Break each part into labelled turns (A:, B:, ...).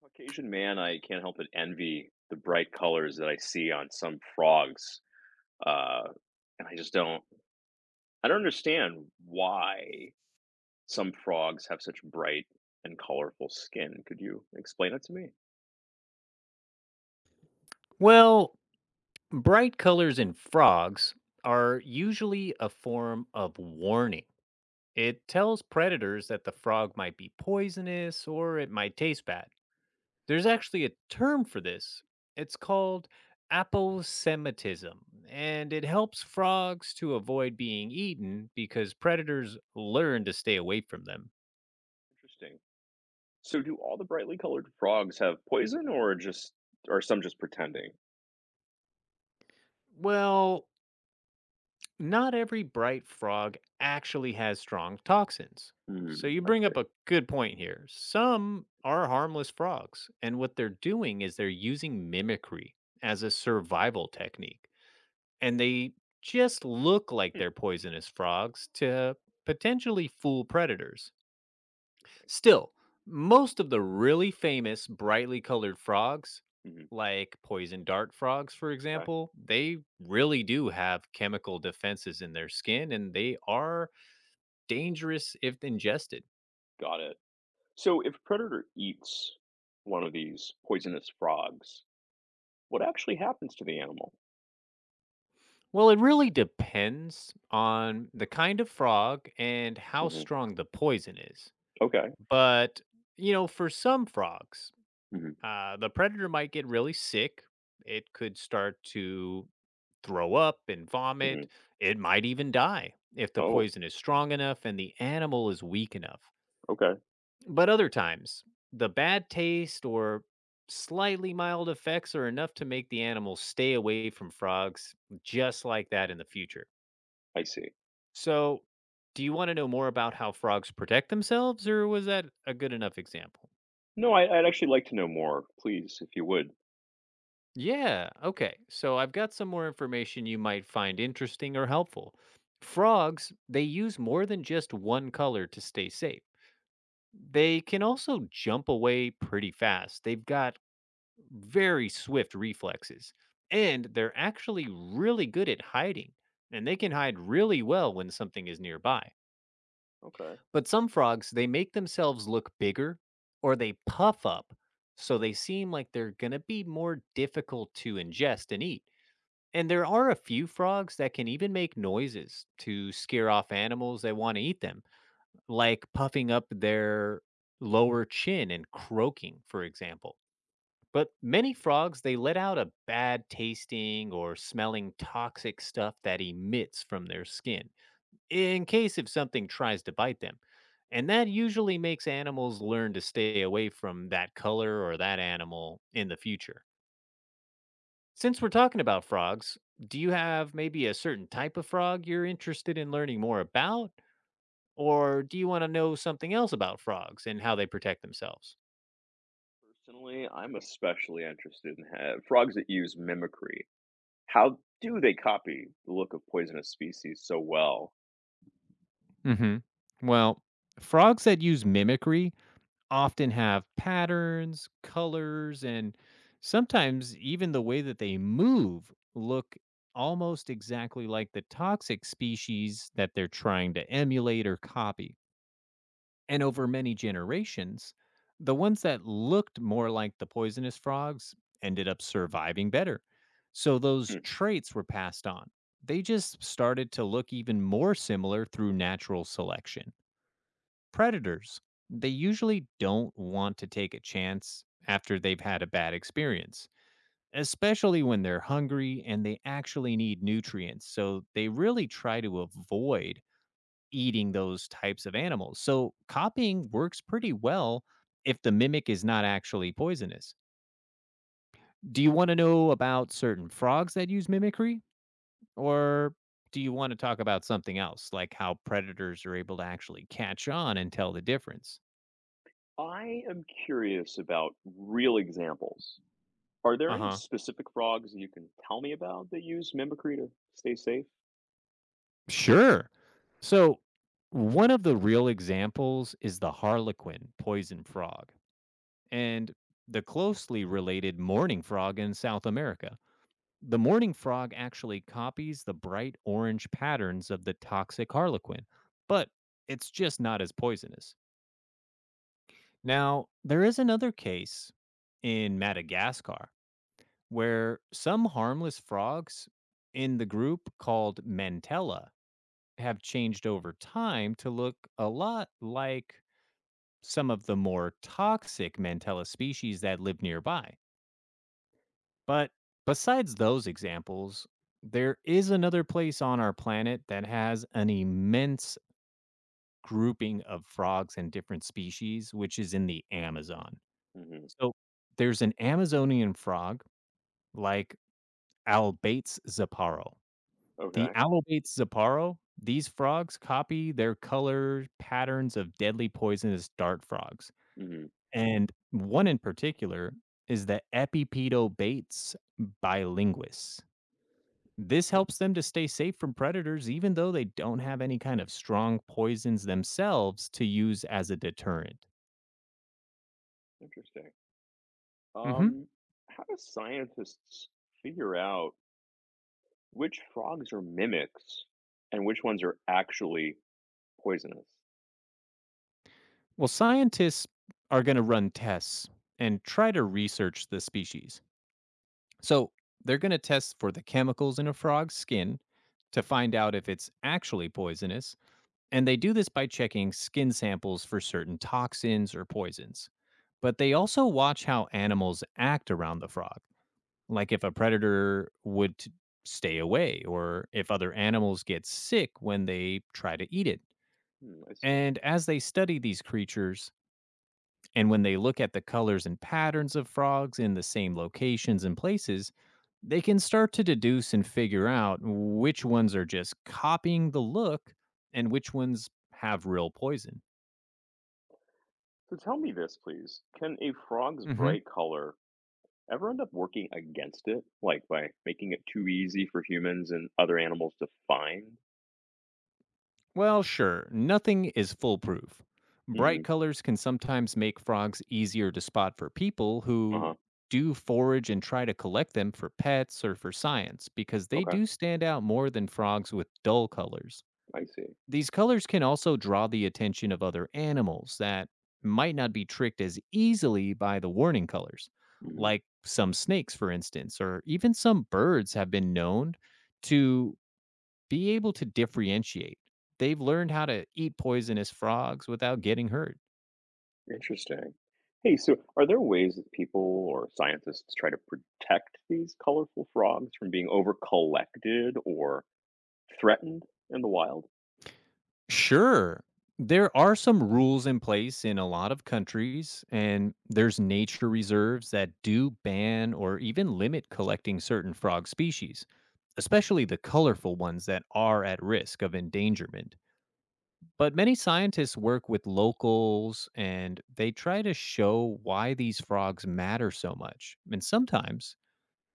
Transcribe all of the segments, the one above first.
A: Caucasian man, I can't help but envy the bright colors that I see on some frogs. Uh, and I just don't, I don't understand why some frogs have such bright and colorful skin. Could you explain it to me?
B: Well, bright colors in frogs are usually a form of warning. It tells predators that the frog might be poisonous or it might taste bad. There's actually a term for this. It's called aposematism, and it helps frogs to avoid being eaten because predators learn to stay away from them.
A: Interesting. So, do all the brightly colored frogs have poison, or just are some just pretending?
B: Well, not every bright frog actually has strong toxins.
A: Hmm,
B: So you
A: I
B: bring up
A: see.
B: a good point here. Some are harmless frogs, and what they're doing is they're using mimicry as a survival technique. And they just look like
A: Hmm,
B: they're poisonous frogs to potentially fool predators.
A: interesting.
B: Still, most of the really famous brightly colored frogs,
A: Mhm.
B: like poison dart frogs, for
A: Okay,
B: example, they really do have chemical defenses in their skin and they are dangerous if ingested.
A: got it. So, if a predator eats one of these poisonous frogs, what actually happens to the animal?
B: Well, it really depends on the kind of frog and how strong the poison is.
A: Okay.
B: But, for some frogs,
A: Mhm.
B: The predator might get really sick. It could start to throw up and vomit.
A: Mhm.
B: It might even die if the
A: Oh,
B: poison is strong enough and the animal is weak enough.
A: okay.
B: But other times, the bad taste or slightly mild effects are enough to make the animal stay away from frogs, just like that in the future.
A: I see.
B: So, do you want to know more about how frogs protect themselves, or was that a good enough example?
A: No, I'd actually like to know more, please, if you would.
B: Yeah, okay. So I've got some more information you might find interesting or helpful. Frogs, they use more than just one color to stay safe. They can also jump away pretty fast. They've got very swift reflexes, and they're actually really good at hiding, and they can hide really well when something is nearby.
A: Okay.
B: But some frogs, they make themselves look bigger or they puff up, so they seem like they're going to be more difficult to ingest and eat. And there are a few frogs that can even make noises to scare off animals that want to eat them, like puffing up their lower chin and croaking, for example. But many frogs, they let out a bad tasting or smelling toxic stuff that emits from their skin in case if something tries to bite them. And that usually makes animals learn to stay away from that color or that animal in the future. Since we're talking about frogs, do you have maybe a certain type of frog you're interested in learning more about? Or do you want to know something else about frogs and how they protect themselves?
A: Personally, I'm especially interested in frogs that use mimicry. How do they copy the look of poisonous species so well?
B: Hmm. Well, frogs that use mimicry often have patterns, colors, and sometimes even the way that they move look almost exactly like the toxic species that they're trying to emulate or copy. And over many generations, the ones that looked more like the poisonous frogs ended up surviving better. So those
A: Hmm.
B: traits were passed on. They just started to look even more similar through natural selection. Predators, they usually don't want to take a chance after they've had a bad experience, especially when they're hungry and they actually need nutrients. So they really try to avoid eating those types of animals. So copying works pretty well if the mimic is not actually poisonous. Do you want to know about certain frogs that use mimicry? Or do you want to talk about something else, like how predators are able to actually catch on and tell the difference?
A: I am curious about real examples. Are there
B: Uh
A: any
B: huh.
A: specific frogs you can tell me about that use mimicry to stay safe?
B: Sure. So, one of the real examples is the harlequin poison frog and the closely related mourning frog in South America. The mourning frog actually copies the bright orange patterns of the toxic harlequin, but it's just not as poisonous. Now, there is another case in Madagascar where some harmless frogs in the group called Mantella have changed over time to look a lot like some of the more toxic Mantella species that live nearby. But besides those examples, there is another place on our planet that has an immense grouping of frogs and different species, which is in the Amazon.
A: Hmm.
B: So there's an Amazonian frog like Albates zaparo. The
A: Okay.
B: Albates zaparo, these frogs copy their color patterns of deadly poisonous dart frogs.
A: Hmm.
B: And one in particular is the Epipedobates bilinguis. This helps them to stay safe from predators even though they don't have any kind of strong poisons themselves to use as a deterrent.
A: Interesting.
B: Hmm.
A: Um, how do scientists figure out which frogs are mimics and which ones are actually poisonous?
B: Well, scientists are going to run tests and try to research the species. So they're going to test for the chemicals in a frog's skin to find out if it's actually poisonous. And they do this by checking skin samples for certain toxins or poisons. But they also watch how animals act around the frog like if a predator would stay away or if other animals get sick when they try to eat it.
A: Hmm, I see.
B: And as they study these creatures and when they look at the colors and patterns of frogs in the same locations and places, they can start to deduce and figure out which ones are just copying the look and which ones have real poison.
A: So tell me this, please. Can a frog's bright color ever end up working against it, like by making it too easy for humans and other animals to find?
B: Well, sure, nothing is foolproof.
A: Hmm.
B: Bright colors can sometimes make frogs easier to spot for people
A: Uh-huh.
B: who do forage and try to collect them for pets or for science because they
A: Okay,
B: do stand out more than frogs with dull colors.
A: I see.
B: These colors can also draw the attention of other animals that might not be tricked as easily by the warning colors,
A: Hmm.
B: like some snakes, for instance, or even some birds have been known to be able to differentiate. They've learned how to eat poisonous frogs without getting hurt.
A: Interesting. Hey, so are there ways that people or scientists try to protect these colorful frogs from being over collected or threatened in the wild?
B: Sure, there are some rules in place in a lot of countries, and there's nature reserves that do ban or even limit collecting certain frog species, especially the colorful ones that are at risk of endangerment. But many scientists work with locals and they try to show why these frogs matter so much. And sometimes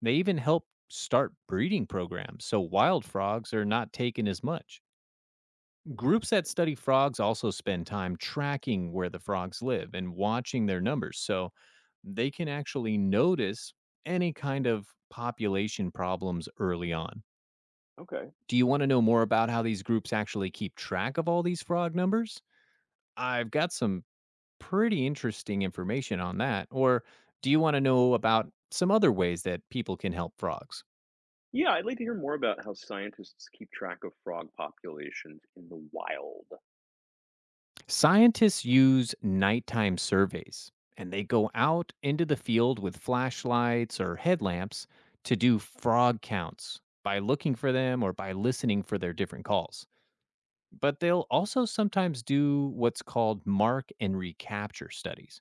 B: they even help start breeding programs so wild frogs are not taken as much. Groups that study frogs also spend time tracking where the frogs live and watching their numbers so they can actually notice any kind of population problems early on.
A: Okay.
B: Do you want to know more about how these groups actually keep track of all these frog numbers? I've got some pretty interesting information on that. Or do you want to know about some other ways that people can help frogs?
A: Yeah, I'd like to hear more about how scientists keep track of frog populations in the wild.
B: Scientists use nighttime surveys and they go out into the field with flashlights or headlamps to do frog counts by looking for them or by listening for their different calls. But they'll also sometimes do what's called mark and recapture studies,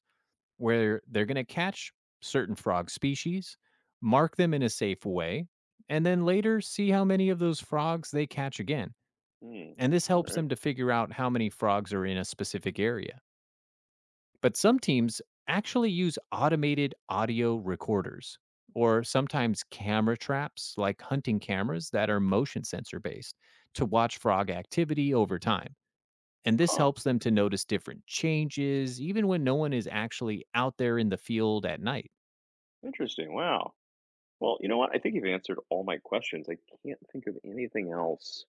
B: where they're going to catch certain frog species, mark them in a safe way, and then later see how many of those frogs they catch again.
A: Hmm.
B: And this
A: All
B: helps
A: right.
B: them to figure out how many frogs are in a specific area. But some teams actually use automated audio recorders or sometimes camera traps like hunting cameras that are motion sensor based to watch frog activity over time. And this
A: Huh.
B: helps them to notice different changes even when no one is actually out there in the field at night.
A: Interesting. Wow. Well, you know what? I think you've answered all my questions. I can't think of anything else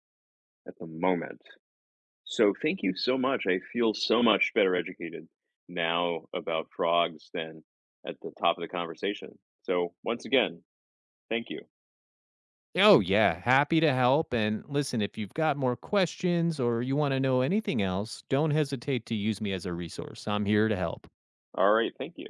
A: at the moment. So thank you so much. I feel so much better educated now about frogs than at the top of the conversation. So once again, thank you.
B: Oh, yeah, happy to help. And listen, if you've got more questions or you want to know anything else, don't hesitate to use me as a resource. I'm here to help.
A: All right. Thank you.